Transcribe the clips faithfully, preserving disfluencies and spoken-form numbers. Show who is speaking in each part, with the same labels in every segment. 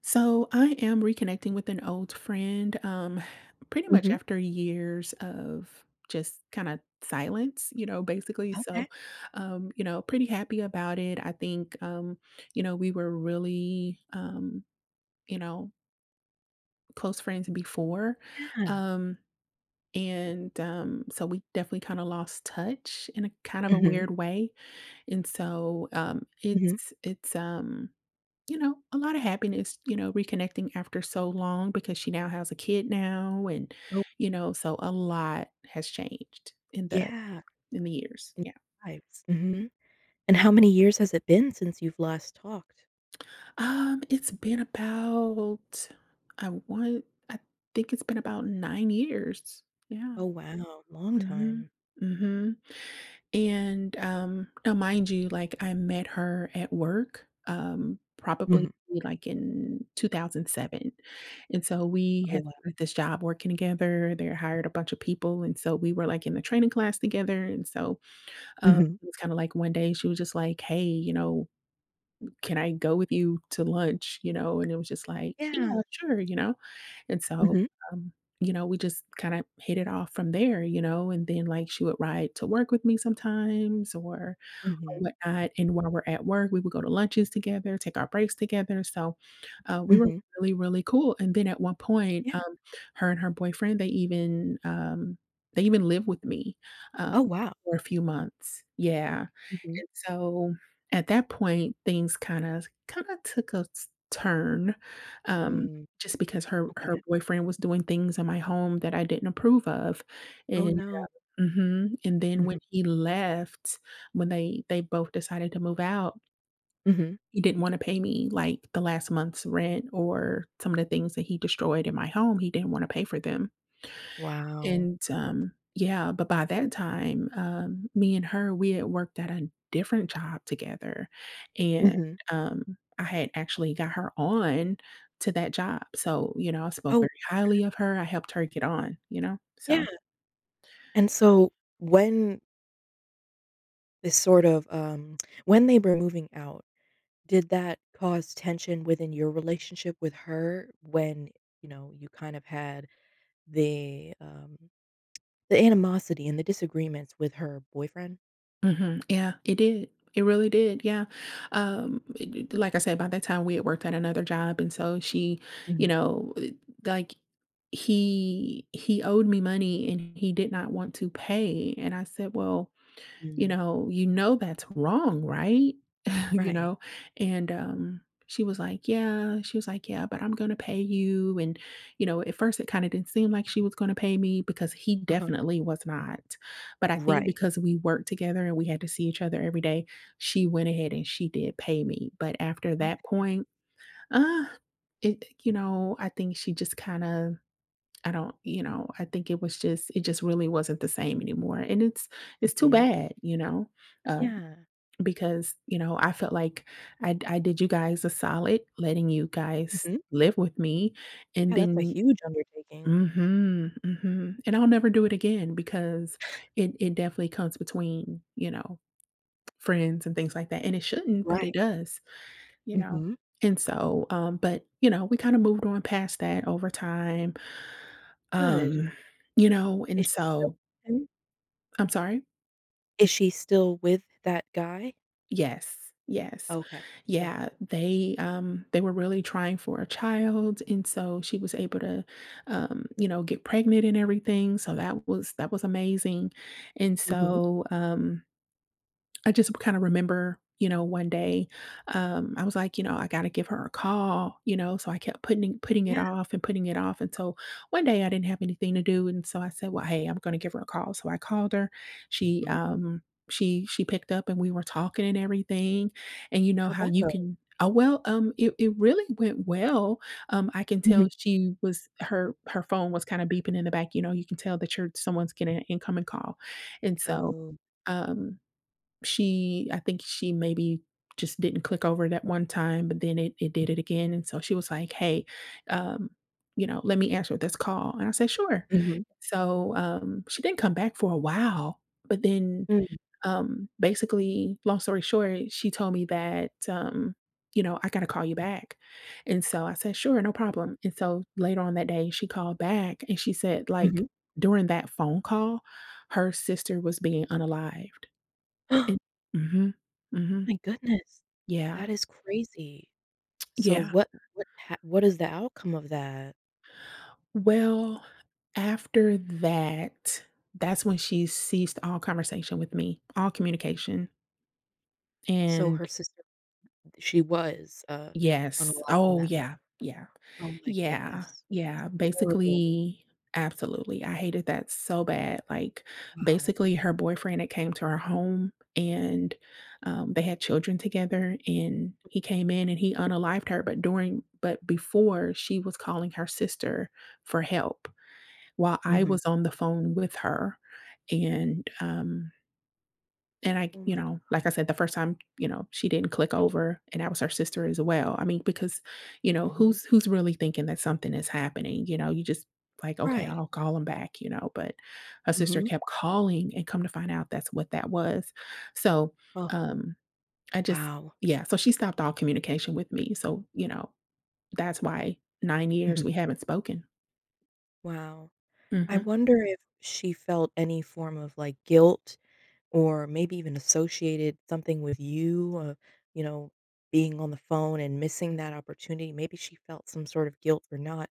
Speaker 1: So I am reconnecting with an old friend, um, pretty much
Speaker 2: Mhm.
Speaker 1: after years of just kind of silence, you know, basically. So,
Speaker 2: Okay.
Speaker 1: um, you know, pretty happy about it. I think, um, you know, we were really, um, you know, close friends before.
Speaker 2: Yeah.
Speaker 1: Um, and um, So we definitely kind of lost touch in a kind of a
Speaker 2: Mhm,
Speaker 1: weird way. And so um,
Speaker 2: mhm.
Speaker 1: it's, it's, um, you know, a lot of happiness, you know, reconnecting after so long because she now has a kid now and
Speaker 2: Oh,
Speaker 1: you know, so a lot has changed in the
Speaker 2: yeah,
Speaker 1: in the years.
Speaker 2: in
Speaker 1: Yeah.
Speaker 2: your lives. Mhm. And how many years has it been since you've last talked?
Speaker 1: Um, it's been about I want I think it's been about nine years. Yeah.
Speaker 2: Oh, wow, long
Speaker 1: Mhm.
Speaker 2: time.
Speaker 1: Mhm. And, um, now mind you, like, I met her at work, um, probably,
Speaker 2: Mhm.
Speaker 1: like, in two thousand seven, and so we
Speaker 2: Oh,
Speaker 1: had
Speaker 2: wow.
Speaker 1: started this job working together, they hired a bunch of people, and so we were, like, in the training class together, and so, uh,
Speaker 2: Mhm.
Speaker 1: it was kinda like one day she was just like, "Hey, you know, can I go with you to lunch?" You know, and it was just like, "Yeah,
Speaker 2: Yeah.
Speaker 1: sure," you know, and so,
Speaker 2: Mhm,
Speaker 1: um, you know, we just kinda hit it off from there, you know, and then, like, she would ride to work with me sometimes or or
Speaker 2: mhm,
Speaker 1: whatnot, and while we're at work, we would go to lunches together, take our breaks together, so, uh, we were
Speaker 2: mhm.
Speaker 1: really, really cool, and then at one point,
Speaker 2: Yeah.
Speaker 1: um, her and her boyfriend, they even, um they even lived with me, um,
Speaker 2: Oh, wow.
Speaker 1: for a few months. Yeah,
Speaker 2: Mhm,
Speaker 1: and so, at that point, things kinda kinda took a s turn, um,
Speaker 2: mm.
Speaker 1: just because her her
Speaker 2: Okay.
Speaker 1: boyfriend was doing things in my home that I didn't approve of,
Speaker 2: Oh,
Speaker 1: and
Speaker 2: no.
Speaker 1: mhm, and then when
Speaker 2: Mhm,
Speaker 1: he left, when they they both decided to move out,
Speaker 2: mhm.
Speaker 1: he didn't wanna pay me, like, the last month's rent or some of the things that he destroyed in my home, he didn't wanna pay for them,
Speaker 2: Wow.
Speaker 1: and, um yeah, but by that time, um, me and her, we had worked at a different job together, and,
Speaker 2: Mhm.
Speaker 1: um, I had actually got her on to that job, so, you know, I spoke
Speaker 2: Oh,
Speaker 1: very highly of her, I helped her get on, you know?
Speaker 2: yeah,
Speaker 1: So
Speaker 2: and so when this sort of, um when they were moving out, did that cause tension within your relationship with her when, you know, you kind of had the, um, the animosity and the disagreements with her boyfriend?
Speaker 1: mhm. Yeah, it did. It really did. Yeah. Um, it- it- like I said, by that time we had worked at another job, and so she, you
Speaker 2: Mhm.
Speaker 1: know, it- like he he owed me money and he did not want to pay, and I said, well. You
Speaker 2: Mm,
Speaker 1: know, you know that's wrong, right? You
Speaker 2: right.
Speaker 1: know? And, um, she was like, "Yeah." She was like, "Yeah, but I'm gonna pay you." And, you know, at first it kinda didn't seem like she was gonna pay me because he
Speaker 2: Uh-huh.
Speaker 1: definitely was not. But I think
Speaker 2: Right.
Speaker 1: because we worked together and we had to see each other every day, she went ahead and she did pay me. But after that
Speaker 2: Okay.
Speaker 1: point, uh, it you know, I think she just kinda I don't You know, I think it was just it just really wasn't the same anymore, and it's it's too
Speaker 2: Mhm.
Speaker 1: bad, you know? Um
Speaker 2: Yeah.
Speaker 1: because, you know, I felt like I I did you guys a solid letting you guys
Speaker 2: Mhm.
Speaker 1: live with me, and
Speaker 2: Yeah, that's a
Speaker 1: then
Speaker 2: huge undertaking.
Speaker 1: mhm, mhm, and I'll never do it again because it it definitely comes between, you know, friends and things like that, and it shouldn't, but
Speaker 2: Right.
Speaker 1: it does, you know?
Speaker 2: Mhm.
Speaker 1: And so, um, but, you know, we kinda moved on past that over time,
Speaker 2: Good.
Speaker 1: um, you know,
Speaker 2: Is
Speaker 1: and
Speaker 2: she still
Speaker 1: so
Speaker 2: with him?
Speaker 1: I'm sorry?
Speaker 2: Is she still with that guy?
Speaker 1: Yes. Yes.
Speaker 2: Okay. Got
Speaker 1: Yeah,
Speaker 2: it.
Speaker 1: they, um, they were really trying for a child, and so she was able to, um, you know, get pregnant and everything, so that was that was amazing, and
Speaker 2: Mhm.
Speaker 1: so, um I just kind of remember, you know, one day, um, I was like, you know, I gotta give her a call, you know, so I kept putting putting it
Speaker 2: Yeah.
Speaker 1: off and putting it off until one day I didn't have anything to do, and so I said, well, hey, I'm gonna give her a call. So I called her. She
Speaker 2: Mhm.
Speaker 1: um she she picked up and we were talking and everything, and you know
Speaker 2: How'd
Speaker 1: how
Speaker 2: that
Speaker 1: you
Speaker 2: go?
Speaker 1: can. Oh well, um, it, it really went well. Um, I can tell
Speaker 2: Mhm.
Speaker 1: she was her her phone was kind of beeping in the back. You know, you can tell that you're someone's getting an incoming call, and so
Speaker 2: Oh.
Speaker 1: um she I think she maybe just didn't click over that one time, but then it it did it again, and so she was like, "Hey, um, you know, let me answer this call," and I said, "Sure."
Speaker 2: Mhm.
Speaker 1: So, um, she didn't come back for a while, but then,
Speaker 2: Mm.
Speaker 1: um, basically, long story short, she told me that, um, you know, "I gotta call you back," and so I said, "Sure, no problem," and so later on that day, she called back, and she said,
Speaker 2: Okay.
Speaker 1: like,
Speaker 2: Mhm.
Speaker 1: during that phone call, her sister was being unalived. It Mhm, mhm,
Speaker 2: My goodness,
Speaker 1: yeah,
Speaker 2: that is crazy. So
Speaker 1: yeah.
Speaker 2: what what ha what is the outcome of that?
Speaker 1: Well, after that, that's when she ceased all conversation with me, all communication,
Speaker 2: So her
Speaker 1: and
Speaker 2: sister, she was, uh,
Speaker 1: yes.
Speaker 2: unalive in
Speaker 1: Oh,
Speaker 2: that mo
Speaker 1: yeah, yeah.
Speaker 2: Oh my
Speaker 1: Yeah,
Speaker 2: goodness, that's
Speaker 1: yeah,
Speaker 2: horrible.
Speaker 1: basically absolutely, I hated that so bad, like,
Speaker 2: Wow.
Speaker 1: basically, her boyfriend had came to our home, and, um, they had children together, and he came in and he unalived her, but during but before, she was calling her sister for help while I
Speaker 2: Mhm.
Speaker 1: was on the phone with her, and, um and I
Speaker 2: Oh
Speaker 1: you
Speaker 2: my
Speaker 1: know, like
Speaker 2: gosh.
Speaker 1: I said, the first time, you know, she didn't click over, and that was her sister as well. I mean, because, you know,
Speaker 2: Mhm.
Speaker 1: who's who's really thinking that something is happening, you know? You just like, "Okay,
Speaker 2: Right.
Speaker 1: I'll call him back," you know? But her sister
Speaker 2: Mhm.
Speaker 1: kept calling, and come to find out that's what that was. So,
Speaker 2: Oh,
Speaker 1: um, I just
Speaker 2: wow.
Speaker 1: yeah, so she stopped all communication with me. So, you know, that's why nine years
Speaker 2: Mhm.
Speaker 1: we haven't spoken.
Speaker 2: Wow. I
Speaker 1: Mhm.
Speaker 2: wonder if she felt any form of, like, guilt or maybe even associated something with you, uh, you know, being on the phone and missing that opportunity. Maybe she felt some sort of guilt for not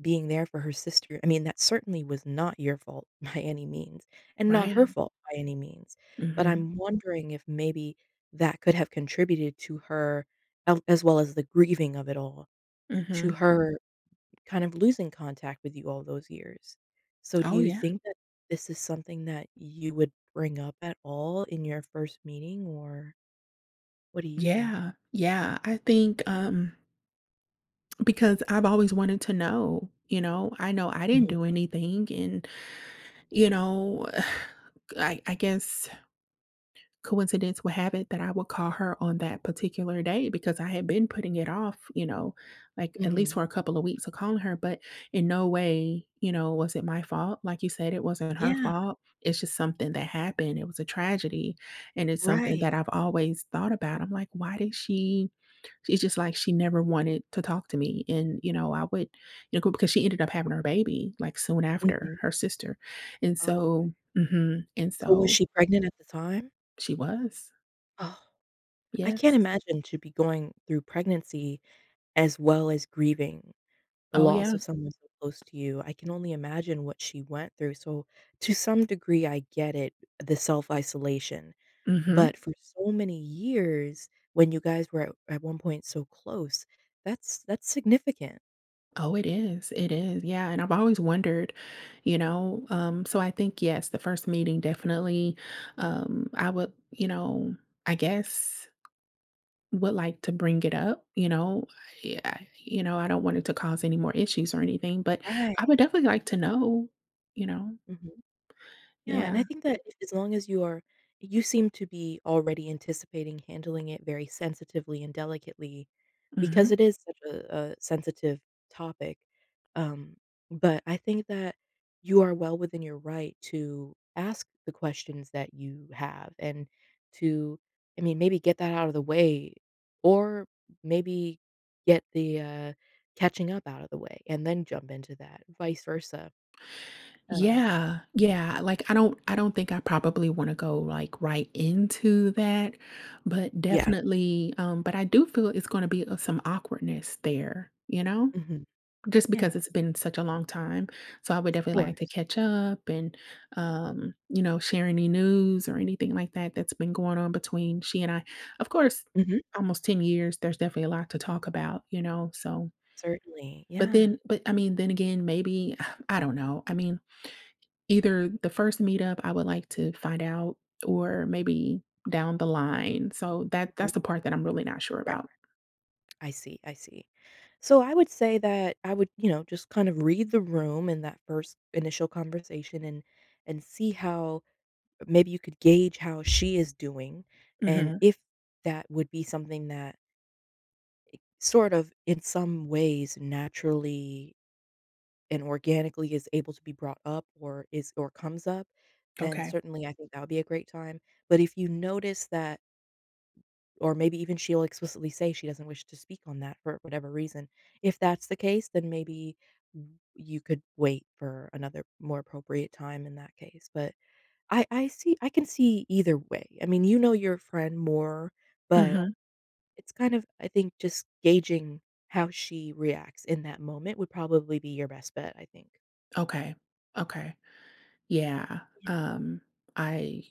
Speaker 2: being there for her sister. I mean, that certainly was not your fault by any means, and not her
Speaker 1: Right.
Speaker 2: fault by any means. But
Speaker 1: Mhm.
Speaker 2: I'm wondering if maybe that could have contributed to her, a- as well as the grieving of it all, to
Speaker 1: Mhm.
Speaker 2: her kind of losing contact with you all those years. So do
Speaker 1: Oh,
Speaker 2: you
Speaker 1: yeah.
Speaker 2: think that this is something that you would bring up at all in your first meeting, or what do you think?
Speaker 1: Yeah. Yeah. I think, um Because I've always wanted to know, you know, I know I didn't
Speaker 2: Mhm.
Speaker 1: do anything and, you know, I I guess coincidence would have it that I would call her on that particular day because I had been putting it off, you know, like at least
Speaker 2: Mhm.
Speaker 1: for a couple of weeks of calling her, but in no way, you know, was it my fault. Like you said, it wasn't her
Speaker 2: Yeah,
Speaker 1: fault. It's just something that happened. It was a tragedy. And it's something
Speaker 2: right.
Speaker 1: that I've always thought about. I'm like, why did she it's just like she never wanted to talk to me, and, you know, I would you know, because she ended up having her baby, like, soon after,
Speaker 2: Mhm.
Speaker 1: her sister, and
Speaker 2: Oh, okay.
Speaker 1: so mhm, and
Speaker 2: So was
Speaker 1: so
Speaker 2: she pregnant at the time?
Speaker 1: she was.
Speaker 2: Oh, I can't
Speaker 1: Yes.
Speaker 2: imagine to be going through pregnancy as well as grieving the
Speaker 1: Oh,
Speaker 2: loss
Speaker 1: yeah.
Speaker 2: of someone so close to you. I can only imagine what she went through. So to some degree, I get it, the self-isolation.
Speaker 1: Mhm.
Speaker 2: But for so many years, when you guys were at at one point so close, that's that's significant.
Speaker 1: Oh, it is, it is, yeah, and I've always wondered, you know, um, so I think, yes, the first meeting definitely, um, I would you know, I guess would like to bring it up, you know, yeah, you know, I don't want it to cause any more issues or anything, but
Speaker 2: Right.
Speaker 1: I would definitely like to know, you know.
Speaker 2: Mhm. Yeah, and I
Speaker 1: Yeah.
Speaker 2: think that if as long as you are you seem to be already anticipating handling it very sensitively and delicately because
Speaker 1: Mhm.
Speaker 2: it is such a, a sensitive topic. Um, but I think that you are well within your right to ask the questions that you have and to, I mean, maybe get that out of the way or maybe get the uh, catching up out of the way and then jump into that, vice versa. Um,
Speaker 1: Yeah. Yeah, like, I don't I don't think I probably wanna go, like, right into that, but
Speaker 2: yeah.
Speaker 1: definitely, um, but I do feel it's gonna be, uh, some awkwardness there, you know?
Speaker 2: Hmm.
Speaker 1: Just because
Speaker 2: Yeah.
Speaker 1: it's been such a long time, so I would
Speaker 2: Of
Speaker 1: definitely like to
Speaker 2: course.
Speaker 1: catch up and, um, you know, share any news or anything like that that's been going on between she and I. Of course,
Speaker 2: Mhm.
Speaker 1: almost ten years, there's definitely a lot to talk about, you know, so
Speaker 2: Certainly,
Speaker 1: but
Speaker 2: yeah.
Speaker 1: then but, I mean, then again, maybe I don't know. I mean either the first meetup, I would like to find out or maybe down the line. So that that's
Speaker 2: Mhm.
Speaker 1: the part that I'm really not sure
Speaker 2: Right.
Speaker 1: about.
Speaker 2: I see, I see. So I would say that I would, you know, just kind of read the room in that first initial conversation and and see how maybe you could gauge how she is doing and
Speaker 1: Mhm.
Speaker 2: if that would be something that sort of in some ways naturally and organically is able to be brought up or is or comes up, then
Speaker 1: Okay.
Speaker 2: certainly I think that would be a great time. But if you notice that or maybe even she'll explicitly say she doesn't wish to speak on that for whatever reason. If that's the case, then maybe w- you could wait for another more appropriate time in that case. But I I see I can see either way. I mean, you know your friend more, but
Speaker 1: Mhm.
Speaker 2: it's kind of I think just gauging how she reacts in that moment would probably be your best bet, I think.
Speaker 1: Okay. Okay. Yeah. Um I,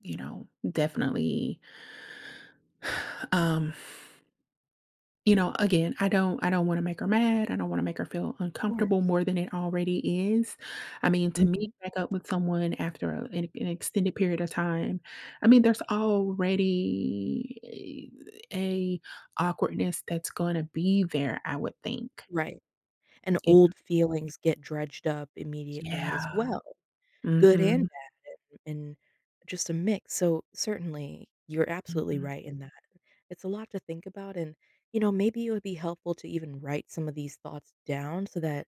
Speaker 1: you know, definitely um you know, again, I don't I don't wanna make her mad, I don't wanna make her feel
Speaker 2: Of
Speaker 1: uncomfortable
Speaker 2: course.
Speaker 1: more than it already is. I mean, to meet
Speaker 2: Hmm.
Speaker 1: back up with someone after a an an extended period of time, I mean, there's already a awkwardness that's gonna be there, I would think.
Speaker 2: Right. And
Speaker 1: It
Speaker 2: old feelings get dredged up
Speaker 1: Yeah.
Speaker 2: immediately as, yeah,
Speaker 1: Yeah.
Speaker 2: well. Good and
Speaker 1: Mhm,
Speaker 2: bad and and just a mix, so certainly, you're absolutely
Speaker 1: mhm.
Speaker 2: right in that. It's a lot to think about and, you know, maybe it would be helpful to even write some of these thoughts down so that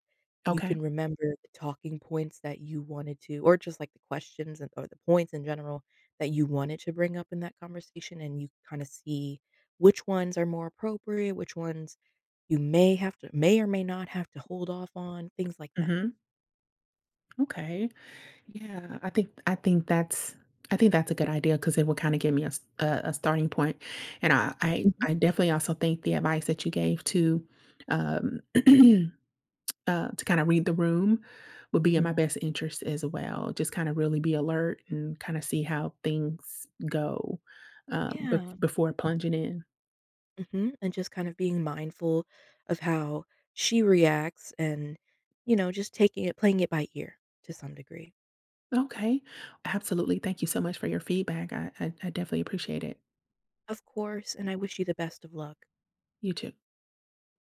Speaker 2: you
Speaker 1: Okay.
Speaker 2: can remember the talking points that you wanted to or just, like, the questions and or the points in general that you wanted to bring up in that conversation, and you kinda see which ones are more appropriate, which ones you may have to may or may not have to hold off on, things like that.
Speaker 1: Mhm. Okay. Yeah, I think I think that's I think that's a good idea because it will kind of give me a, s- a a starting point, and I, I
Speaker 2: Mhm.
Speaker 1: I definitely also think the advice that you gave to um uh, to kind of read the room would be in my
Speaker 2: Mhm.
Speaker 1: best interest as well. Just kind of really be alert and kind of see how things go um bef
Speaker 2: Yeah.
Speaker 1: before plunging in.
Speaker 2: Mhm, and just kind of being mindful of how she reacts and, you know, just taking it playing it by ear to some degree.
Speaker 1: Okay, absolutely. Thank you so much for your feedback. I I, I definitely appreciate it.
Speaker 2: Of course, and I wish you the best of luck.
Speaker 1: You too.